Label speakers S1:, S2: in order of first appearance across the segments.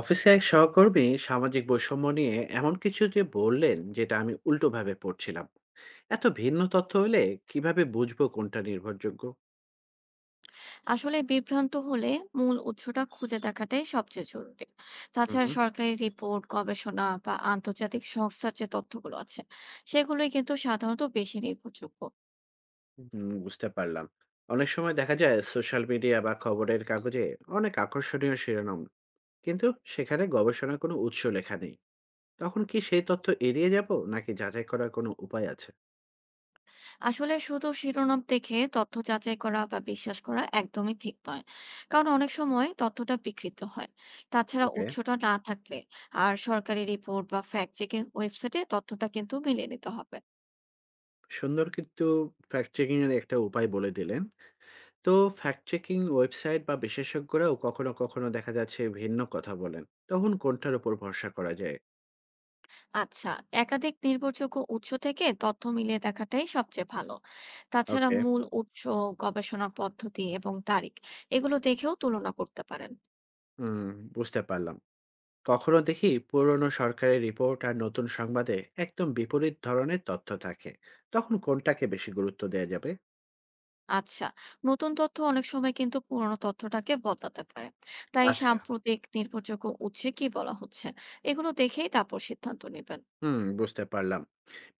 S1: অফিসে এক সহকর্মী সামাজিক বৈষম্য নিয়ে এমন কিছু যে বললেন যেটা আমি উল্টোভাবে পড়ছিলাম। এত ভিন্ন তথ্য হলে কিভাবে বুঝবো কোনটা নির্ভরযোগ্য?
S2: আসলে বিভ্রান্ত হলে মূল উৎসটা খুঁজে দেখাটাই সবচেয়ে জরুরি।
S1: হুম
S2: তাছাড়া
S1: হুম।
S2: সরকারি রিপোর্ট, গবেষণা বা আন্তর্জাতিক সংস্থার যে তথ্যগুলো আছে সেগুলোই কিন্তু সাধারণত বেশি নির্ভরযোগ্য।
S1: হুম, বুঝতে পারলাম। অনেক সময় দেখা যায় সোশ্যাল মিডিয়া বা খবরের কাগজে অনেক আকর্ষণীয় শিরোনাম, কিন্তু সেখানে গবেষণার কোনো উৎস লেখা নেই। তখন কি সেই তথ্য এড়িয়ে যাব নাকি যাচাই করার কোনো উপায় আছে?
S2: আসলে শুধু শিরোনাম দেখে তথ্য যাচাই করা বা বিশ্বাস করা একদমই ঠিক নয়, কারণ অনেক সময় তথ্যটা বিকৃত হয়। তাছাড়া
S1: ওকে।
S2: উৎসটা না থাকলে আর সরকারি রিপোর্ট বা ফ্যাক্ট চেকিং ওয়েবসাইটে তথ্যটা কিন্তু মিলিয়ে নিতে হবে।
S1: সুন্দর, কিন্তু ফ্যাক্ট চেকিং এর একটা উপায় বলে দিলেন। তো ফ্যাক্ট চেকিং ওয়েবসাইট বা বিশেষজ্ঞরাও কখনো কখনো দেখা যাচ্ছে ভিন্ন কথা বলেন। তখন কোনটার উপর ভরসা করা যায়?
S2: আচ্ছা, একাধিক নির্ভরযোগ্য উৎস থেকে তথ্য মিলিয়ে দেখাটাই সবচেয়ে ভালো। তাছাড়া
S1: ওকে।
S2: মূল উৎস, গবেষণা পদ্ধতি এবং তারিখ, এগুলো দেখেও তুলনা করতে পারেন।
S1: হুম, বুঝতে পারলাম। কখনো দেখি পুরনো সরকারি রিপোর্ট আর নতুন সংবাদে একদম বিপরীত ধরনের তথ্য থাকে। তখন কোনটাকে বেশি গুরুত্ব দেওয়া যাবে?
S2: আচ্ছা, নতুন তথ্য অনেক সময় কিন্তু পুরনো তথ্যটাকে বদলাতে পারে। তাই
S1: আচ্ছা।
S2: সাম্প্রতিক নির্ভরযোগ্য উৎসে কি বলা হচ্ছে এগুলো দেখেই তারপর সিদ্ধান্ত নেবেন।
S1: হুম, বুঝতে পারলাম।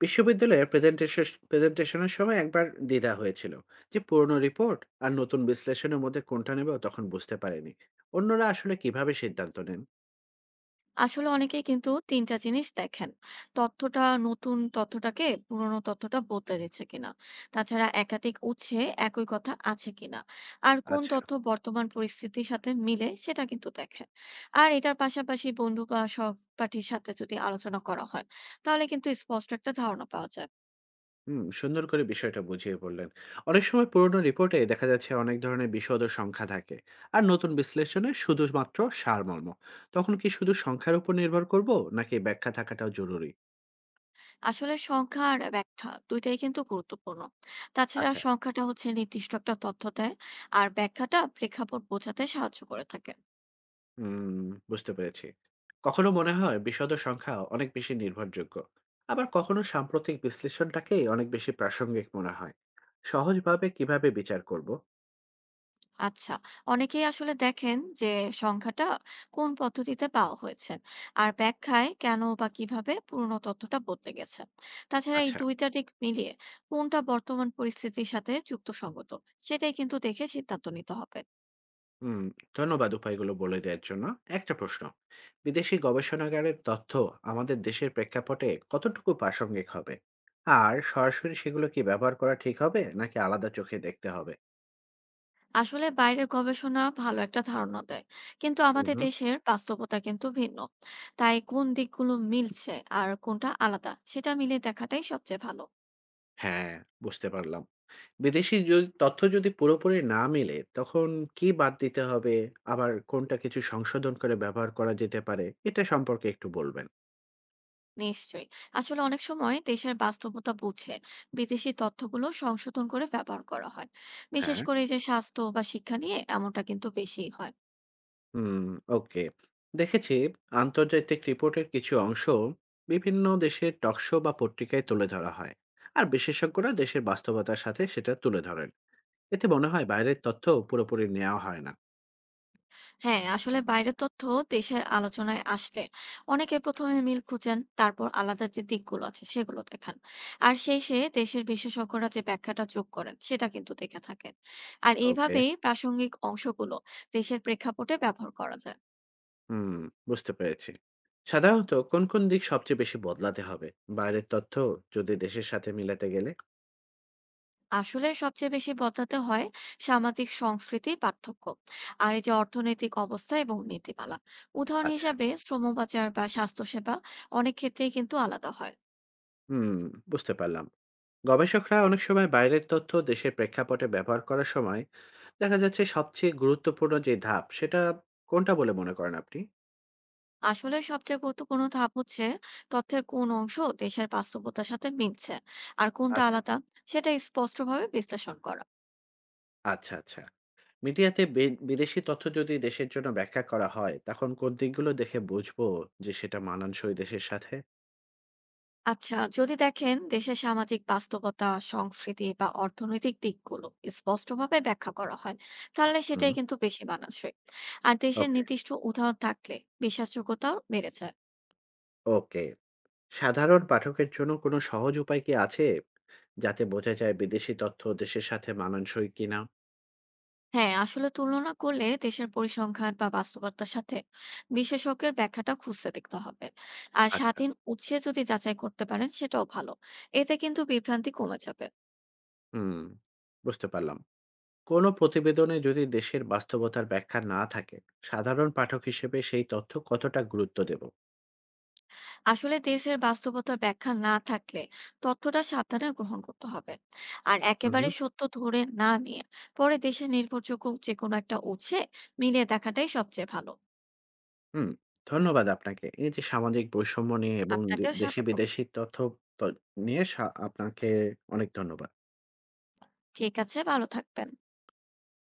S1: বিশ্ববিদ্যালয়ের প্রেজেন্টেশন প্রেজেন্টেশনের সময় একবার দ্বিধা হয়েছিল যে পুরনো রিপোর্ট আর নতুন বিশ্লেষণের মধ্যে কোনটা নেবে, তখন বুঝতে পারিনি। অন্যরা আসলে কিভাবে সিদ্ধান্ত নেন?
S2: আসলে অনেকেই কিন্তু ৩ টা জিনিস দেখেন। তথ্যটা নতুন, তথ্যটাকে পুরনো তথ্যটা বদলে দিচ্ছে কিনা। তাছাড়া একাধিক উৎসে একই কথা আছে কিনা। আর কোন
S1: আচ্ছা।
S2: তথ্য বর্তমান পরিস্থিতির সাথে মিলে সেটা কিন্তু দেখেন। আর এটার পাশাপাশি বন্ধু বা সহপাঠীর সাথে যদি আলোচনা করা হয়, তাহলে কিন্তু স্পষ্ট একটা ধারণা পাওয়া যায়।
S1: হুম, সুন্দর করে বিষয়টা বুঝিয়ে বললেন। অনেক সময় পুরোনো রিপোর্টে দেখা যাচ্ছে অনেক ধরনের বিশদ ও সংখ্যা থাকে। আর নতুন বিশ্লেষণে শুধুমাত্র সারমর্ম। তখন কি শুধু সংখ্যার উপর নির্ভর করব নাকি ব্যাখ্যা থাকাটাও জরুরি?
S2: আসলে সংখ্যা আর ব্যাখ্যা ২ টাই কিন্তু গুরুত্বপূর্ণ। তাছাড়া
S1: আচ্ছা,
S2: সংখ্যাটা হচ্ছে নির্দিষ্ট একটা তথ্য দেয়, আর ব্যাখ্যাটা প্রেক্ষাপট বোঝাতে সাহায্য করে থাকে।
S1: হুম, বুঝতে পেরেছি। কখনো মনে হয় বিশদ ও সংখ্যা অনেক বেশি নির্ভরযোগ্য। আবার কখনো সাম্প্রতিক বিশ্লেষণটাকেই অনেক বেশি প্রাসঙ্গিক মনে হয়। সহজভাবে কিভাবে বিচার করব?
S2: আচ্ছা, অনেকেই আসলে দেখেন যে সংখ্যাটা কোন পদ্ধতিতে পাওয়া হয়েছে আর ব্যাখ্যায় কেন বা কিভাবে পুরনো তথ্যটা বদলে গেছে। তাছাড়া এই
S1: আচ্ছা।
S2: দুইটা দিক মিলিয়ে কোনটা বর্তমান পরিস্থিতির সাথে যুক্তিসঙ্গত সেটাই কিন্তু দেখে সিদ্ধান্ত নিতে হবে।
S1: হুম, ধন্যবাদ উপায়গুলো বলে দেওয়ার জন্য। একটা প্রশ্ন, বিদেশি গবেষণাগারের তথ্য আমাদের দেশের প্রেক্ষাপটে কতটুকু প্রাসঙ্গিক হবে? আর সরাসরি সেগুলো কি ব্যবহার করা ঠিক হবে নাকি আলাদা চোখে দেখতে হবে?
S2: আসলে বাইরের গবেষণা ভালো একটা ধারণা দেয়, কিন্তু
S1: হুম,
S2: আমাদের
S1: হুম।
S2: দেশের বাস্তবতা কিন্তু ভিন্ন। তাই কোন দিকগুলো মিলছে আর কোনটা আলাদা সেটা মিলিয়ে দেখাটাই সবচেয়ে ভালো।
S1: হ্যাঁ, বুঝতে পারলাম। বিদেশি যদি তথ্য যদি পুরোপুরি না মিলে তখন কি বাদ দিতে হবে? আবার কোনটা কিছু সংশোধন করে ব্যবহার করা যেতে পারে? এটা সম্পর্কে একটু বলবেন।
S2: নিশ্চয়ই। আসলে অনেক সময় দেশের বাস্তবতা বুঝে বিদেশি তথ্যগুলো সংশোধন করে ব্যবহার করা হয়। বিশেষ
S1: হ্যাঁ।
S2: করে এই যে স্বাস্থ্য বা শিক্ষা নিয়ে এমনটা কিন্তু বেশি হয়।
S1: হুম, ওকে। দেখেছি আন্তর্জাতিক রিপোর্টের কিছু অংশ বিভিন্ন দেশের টকশো বা পত্রিকায় তুলে ধরা হয়, আর বিশেষজ্ঞরা দেশের বাস্তবতার সাথে সেটা তুলে ধরেন। এতে মনে হয় বাইরের তথ্য পুরোপুরি নেওয়া হয় না।
S2: হ্যাঁ, আসলে বাইরের তথ্য দেশের আলোচনায় আসলে অনেকে প্রথমে মিল খুঁজেন, তারপর আলাদা যে দিকগুলো আছে সেগুলো দেখান। আর শেষে দেশের বিশেষজ্ঞরা যে ব্যাখ্যাটা যোগ করেন সেটা কিন্তু দেখে থাকেন। আর
S1: ওকে।
S2: এইভাবেই প্রাসঙ্গিক অংশগুলো দেশের প্রেক্ষাপটে ব্যবহার করা যায়।
S1: হুম, বুঝতে পেরেছি। সাধারণত কোন কোন দিক সবচেয়ে বেশি বদলাতে হবে বাইরের তথ্য যদি দেশের সাথে মিলাতে গেলে?
S2: আসলে সবচেয়ে বেশি বদলাতে হয় সামাজিক সংস্কৃতির পার্থক্য আর এই যে অর্থনৈতিক অবস্থা এবং নীতিমালা। উদাহরণ
S1: আচ্ছা।
S2: হিসাবে শ্রম বাজার বা স্বাস্থ্যসেবা অনেক ক্ষেত্রেই কিন্তু আলাদা হয়।
S1: হুম, বুঝতে পারলাম। গবেষকরা অনেক সময় বাইরের তথ্য দেশের প্রেক্ষাপটে ব্যবহার করার সময় দেখা যাচ্ছে সবচেয়ে গুরুত্বপূর্ণ যে ধাপ, সেটা কোনটা বলে মনে করেন আপনি?
S2: আসলে সবচেয়ে গুরুত্বপূর্ণ ধাপ হচ্ছে তথ্যের কোন অংশ দেশের বাস্তবতার সাথে মিলছে আর কোনটা
S1: আচ্ছা।
S2: আলাদা সেটা স্পষ্টভাবে বিশ্লেষণ করা।
S1: আচ্ছা, আচ্ছা। মিডিয়াতে বে বিদেশি তথ্য যদি দেশের জন্য ব্যাখ্যা করা হয়, তখন কোন দিকগুলো দেখে বুঝবো যে সেটা মানানসই দেশের সাথে?
S2: আচ্ছা, যদি দেখেন দেশের সামাজিক বাস্তবতা, সংস্কৃতি বা অর্থনৈতিক দিকগুলো স্পষ্টভাবে ব্যাখ্যা করা হয়, তাহলে
S1: হুম।
S2: সেটাই কিন্তু বেশি মানানসই। আর দেশের
S1: ওকে,
S2: নির্দিষ্ট উদাহরণ থাকলে বিশ্বাসযোগ্যতাও বেড়ে যায়।
S1: ওকে। সাধারণ পাঠকের জন্য কোনো সহজ উপায় কি আছে? যাতে বোঝা যায় বিদেশি তথ্য দেশের সাথে মানানসই কিনা?
S2: হ্যাঁ, আসলে তুলনা করলে দেশের পরিসংখ্যান বা বাস্তবতার সাথে বিশেষজ্ঞের ব্যাখ্যাটা খুঁজতে দেখতে হবে। আর
S1: আচ্ছা।
S2: স্বাধীন উৎসে যদি যাচাই করতে পারেন সেটাও ভালো। এতে কিন্তু বিভ্রান্তি কমে যাবে।
S1: হুম, বুঝতে পারলাম। কোনো প্রতিবেদনে যদি দেশের বাস্তবতার ব্যাখ্যা না থাকে সাধারণ পাঠক হিসেবে সেই তথ্য কতটা গুরুত্ব দেব?
S2: আসলে দেশের বাস্তবতার ব্যাখ্যা না থাকলে তথ্যটা সাবধানে গ্রহণ করতে হবে, আর
S1: উম হুম।
S2: একেবারে সত্য ধরে না নিয়ে পরে দেশের নির্ভরযোগ্য যে কোনো একটা উৎসে মিলিয়ে দেখাটাই সবচেয়ে ভালো।
S1: হুম, ধন্যবাদ আপনাকে এই যে সামাজিক বৈষম্য নিয়ে এবং
S2: আপনাকেও
S1: দেশি
S2: স্বাগত।
S1: বিদেশি তথ্য ত- নিয়ে আপনাকে অনেক ধন্যবাদ।
S2: ঠিক আছে, ভালো থাকবেন।